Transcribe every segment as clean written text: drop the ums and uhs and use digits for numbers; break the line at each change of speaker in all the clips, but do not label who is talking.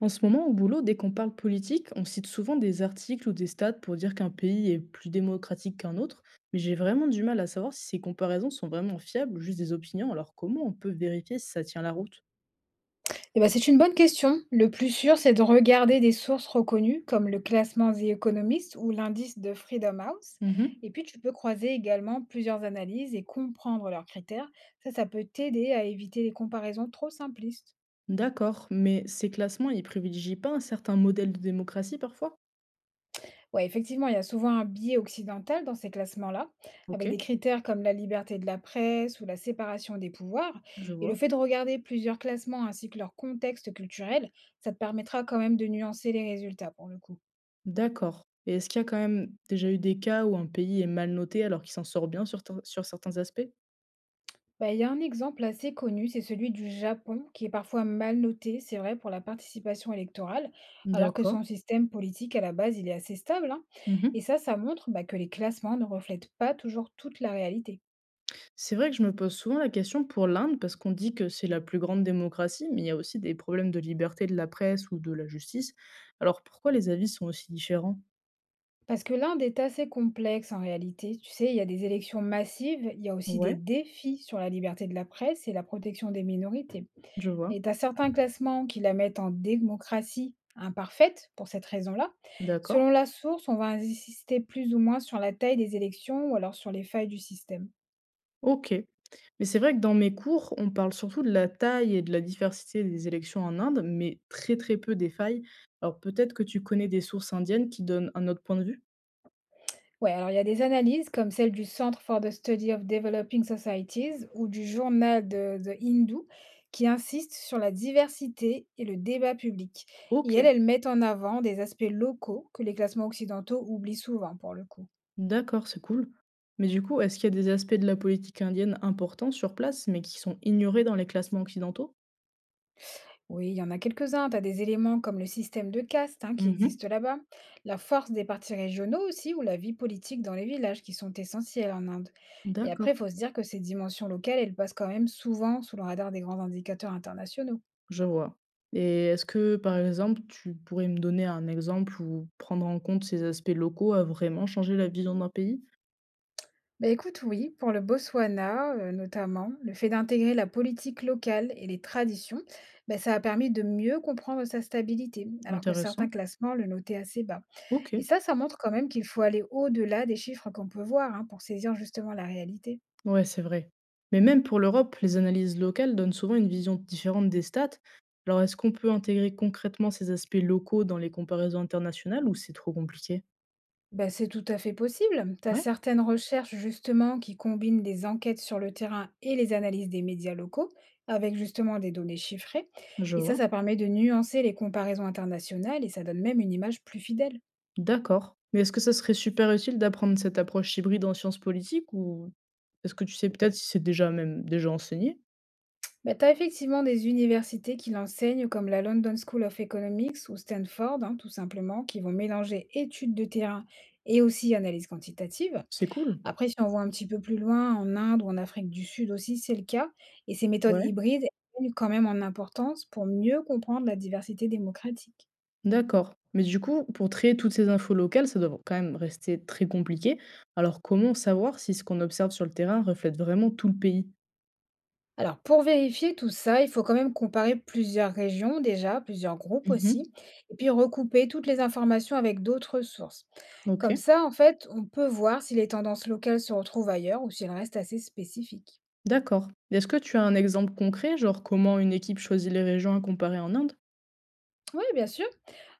En ce moment, au boulot, dès qu'on parle politique, on cite souvent des articles ou des stats pour dire qu'un pays est plus démocratique qu'un autre, mais j'ai vraiment du mal à savoir si ces comparaisons sont vraiment fiables ou juste des opinions, alors comment on peut vérifier si ça tient la route?
Eh ben, c'est une bonne question. Le plus sûr, c'est de regarder des sources reconnues comme le classement The Economist ou l'indice de Freedom House.
Mhm.
Et puis, tu peux croiser également plusieurs analyses et comprendre leurs critères. Ça peut t'aider à éviter les comparaisons trop simplistes.
D'accord, mais ces classements, ils privilégient pas un certain modèle de démocratie parfois?
Ouais, effectivement, il y a souvent un biais occidental dans ces classements-là,
Ok,
avec des critères comme la liberté de la presse ou la séparation des pouvoirs.
je
Et le
vois.
fait de regarder plusieurs classements ainsi que leur contexte culturel, ça te permettra quand même de nuancer les résultats pour le coup.
D'accord. Et est-ce qu'il y a quand même déjà eu des cas où un pays est mal noté alors qu'il s'en sort bien sur certains aspects?
Bah, il y a un exemple assez connu, c'est celui du Japon, qui est parfois mal noté, c'est vrai, pour la participation électorale, alors que
D'accord.
son système politique, à la base, il est assez stable, hein.
Mhm.
Et ça montre bah, que les classements ne reflètent pas toujours toute la réalité.
C'est vrai que je me pose souvent la question pour l'Inde, parce qu'on dit que c'est la plus grande démocratie, mais il y a aussi des problèmes de liberté de la presse ou de la justice. Alors pourquoi les avis sont aussi différents?
Parce que l'Inde est assez complexe en réalité. Tu sais, il y a des élections massives, il y a aussi des
Ouais,
défis sur la liberté de la presse et la protection des minorités.
je vois.
Et tu as certains classements qui la mettent en démocratie imparfaite pour cette raison-là.
D'accord.
Selon la source, on va insister plus ou moins sur la taille des élections ou alors sur les failles du système.
Ok. Mais c'est vrai que dans mes cours, on parle surtout de la taille et de la diversité des élections en Inde, mais très très peu des failles. Alors peut-être que tu connais des sources indiennes qui donnent un autre point de vue?
Ouais, alors il y a des analyses comme celle du Centre for the Study of Developing Societies ou du journal de The Hindu qui insistent sur la diversité et le débat public. Et
Ok,
elles, elles mettent en avant des aspects locaux que les classements occidentaux oublient souvent pour le coup.
d'accord, c'est cool. Mais du coup, est-ce qu'il y a des aspects de la politique indienne importants sur place, mais qui sont ignorés dans les classements occidentaux?
Oui, il y en a quelques-uns. Tu as des éléments comme le système de caste hein, qui
Mmh mh.
existe là-bas, la force des partis régionaux aussi, ou la vie politique dans les villages qui sont essentiels en Inde. Et après,
D'accord,
il faut se dire que ces dimensions locales, elles passent quand même souvent sous le radar des grands indicateurs internationaux.
je vois. Et est-ce que, par exemple, tu pourrais me donner un exemple où prendre en compte ces aspects locaux a vraiment changé la vision d'un pays?
Bah écoute, oui, pour le Botswana notamment, le fait d'intégrer la politique locale et les traditions, bah, ça a permis de mieux comprendre sa stabilité, alors que certains
Intéressant.
classements le notaient assez bas. Et
OK.
ça montre quand même qu'il faut aller au-delà des chiffres qu'on peut voir hein, pour saisir justement la réalité.
Ouais, c'est vrai. Mais même pour l'Europe, les analyses locales donnent souvent une vision différente des stats. Alors est-ce qu'on peut intégrer concrètement ces aspects locaux dans les comparaisons internationales ou c'est trop compliqué?
Ben, c'est tout à fait possible. Tu as
Ouais,
certaines recherches justement qui combinent des enquêtes sur le terrain et les analyses des médias locaux avec justement des données chiffrées.
je
Et ça,
vois.
ça permet de nuancer les comparaisons internationales et ça donne même une image plus fidèle.
D'accord. Mais est-ce que ça serait super utile d'apprendre cette approche hybride en sciences politiques ou est-ce que tu sais peut-être si c'est déjà enseigné?
Ben, tu as effectivement des universités qui l'enseignent comme la London School of Economics ou Stanford, hein, tout simplement, qui vont mélanger études de terrain et aussi analyse quantitative.
C'est cool.
Après, si on voit un petit peu plus loin, en Inde ou en Afrique du Sud aussi, c'est le cas et ces méthodes
Ouais,
hybrides gagnent quand même en importance pour mieux comprendre la diversité démocratique.
d'accord. Mais du coup, pour trier toutes ces infos locales, ça doit quand même rester très compliqué. Alors, comment savoir si ce qu'on observe sur le terrain reflète vraiment tout le pays?
Alors, pour vérifier tout ça, il faut quand même comparer plusieurs régions déjà, plusieurs groupes aussi,
Mhm.
et puis recouper toutes les informations avec d'autres sources.
Ok,
Comme ça, en fait, on peut voir si les tendances locales se retrouvent ailleurs ou si elles restent assez spécifiques.
d'accord. Est-ce que tu as un exemple concret, genre comment une équipe choisit les régions à comparer en Inde?
Oui, bien sûr.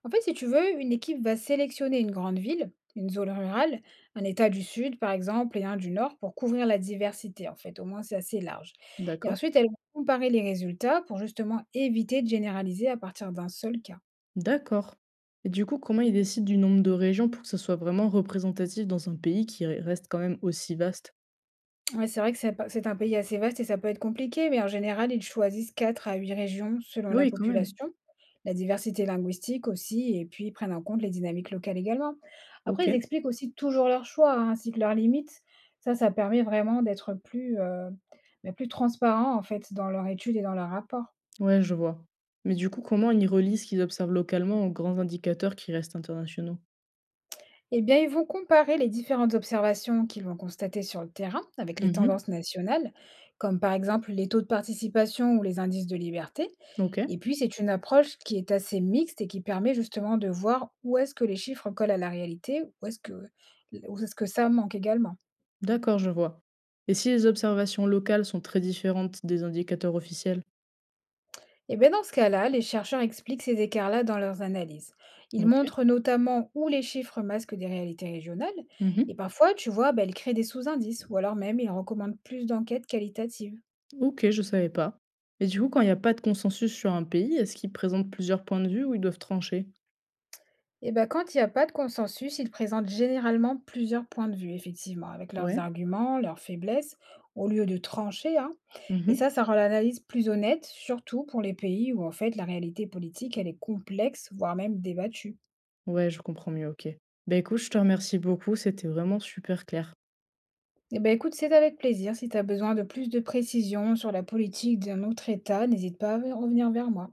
En fait, si tu veux, une équipe va sélectionner une grande ville, une zone rurale, un État du Sud, par exemple, et un du Nord pour couvrir la diversité, en fait. Au moins, c'est assez large. Et
D'accord.
ensuite, elle va comparer les résultats pour justement éviter de généraliser à partir d'un seul cas.
D'accord. Et du coup, comment ils décident du nombre de régions pour que ce soit vraiment représentatif dans un pays qui reste quand même aussi vaste?
Ouais, c'est vrai que c'est pas c'est un pays assez vaste et ça peut être compliqué, mais en général, ils choisissent 4 à 8 régions selon
Ah
la
oui, quand même.
population, la diversité linguistique aussi, et puis ils prennent en compte les dynamiques locales également. Après,
Ok.
ils expliquent aussi toujours leurs choix, hein, ainsi que leurs limites. Ça permet vraiment d'être plus, bah, plus transparent en fait dans leur étude et dans leur rapport.
Ouais, je vois. Mais du coup, comment ils relient ce qu'ils observent localement aux grands indicateurs qui restent internationaux?
Eh bien, ils vont comparer les différentes observations qu'ils vont constater sur le terrain avec les
Mhm.
tendances nationales, comme par exemple les taux de participation ou les indices de liberté.
Ok,
Et puis, c'est une approche qui est assez mixte et qui permet justement de voir où est-ce que les chiffres collent à la réalité, où est-ce que ça manque également.
d'accord, je vois. Et si les observations locales sont très différentes des indicateurs officiels?
Et bien, dans ce cas-là, les chercheurs expliquent ces écarts-là dans leurs analyses. Ils
Ok.
montrent notamment où les chiffres masquent des réalités régionales. Et
Mhm.
parfois, tu vois, ben, ils créent des sous-indices ou alors même ils recommandent plus d'enquêtes qualitatives.
Ok, je savais pas. Et du coup, quand il n'y a pas de consensus sur un pays, est-ce qu'ils présentent plusieurs points de vue ou ils doivent trancher?
Et ben, quand il y a pas de consensus, ils présentent généralement plusieurs points de vue, effectivement, avec leurs
Ouais.
arguments, leurs faiblesses, au lieu de trancher, hein. Et
Mhm.
ça rend l'analyse plus honnête, surtout pour les pays où, en fait, la réalité politique, elle est complexe, voire même débattue.
Ouais, je comprends mieux, ok. Bah écoute, je te remercie beaucoup, c'était vraiment super clair.
Eh ben, écoute, c'est avec plaisir. Si tu as besoin de plus de précisions sur la politique d'un autre État, n'hésite pas à revenir vers moi.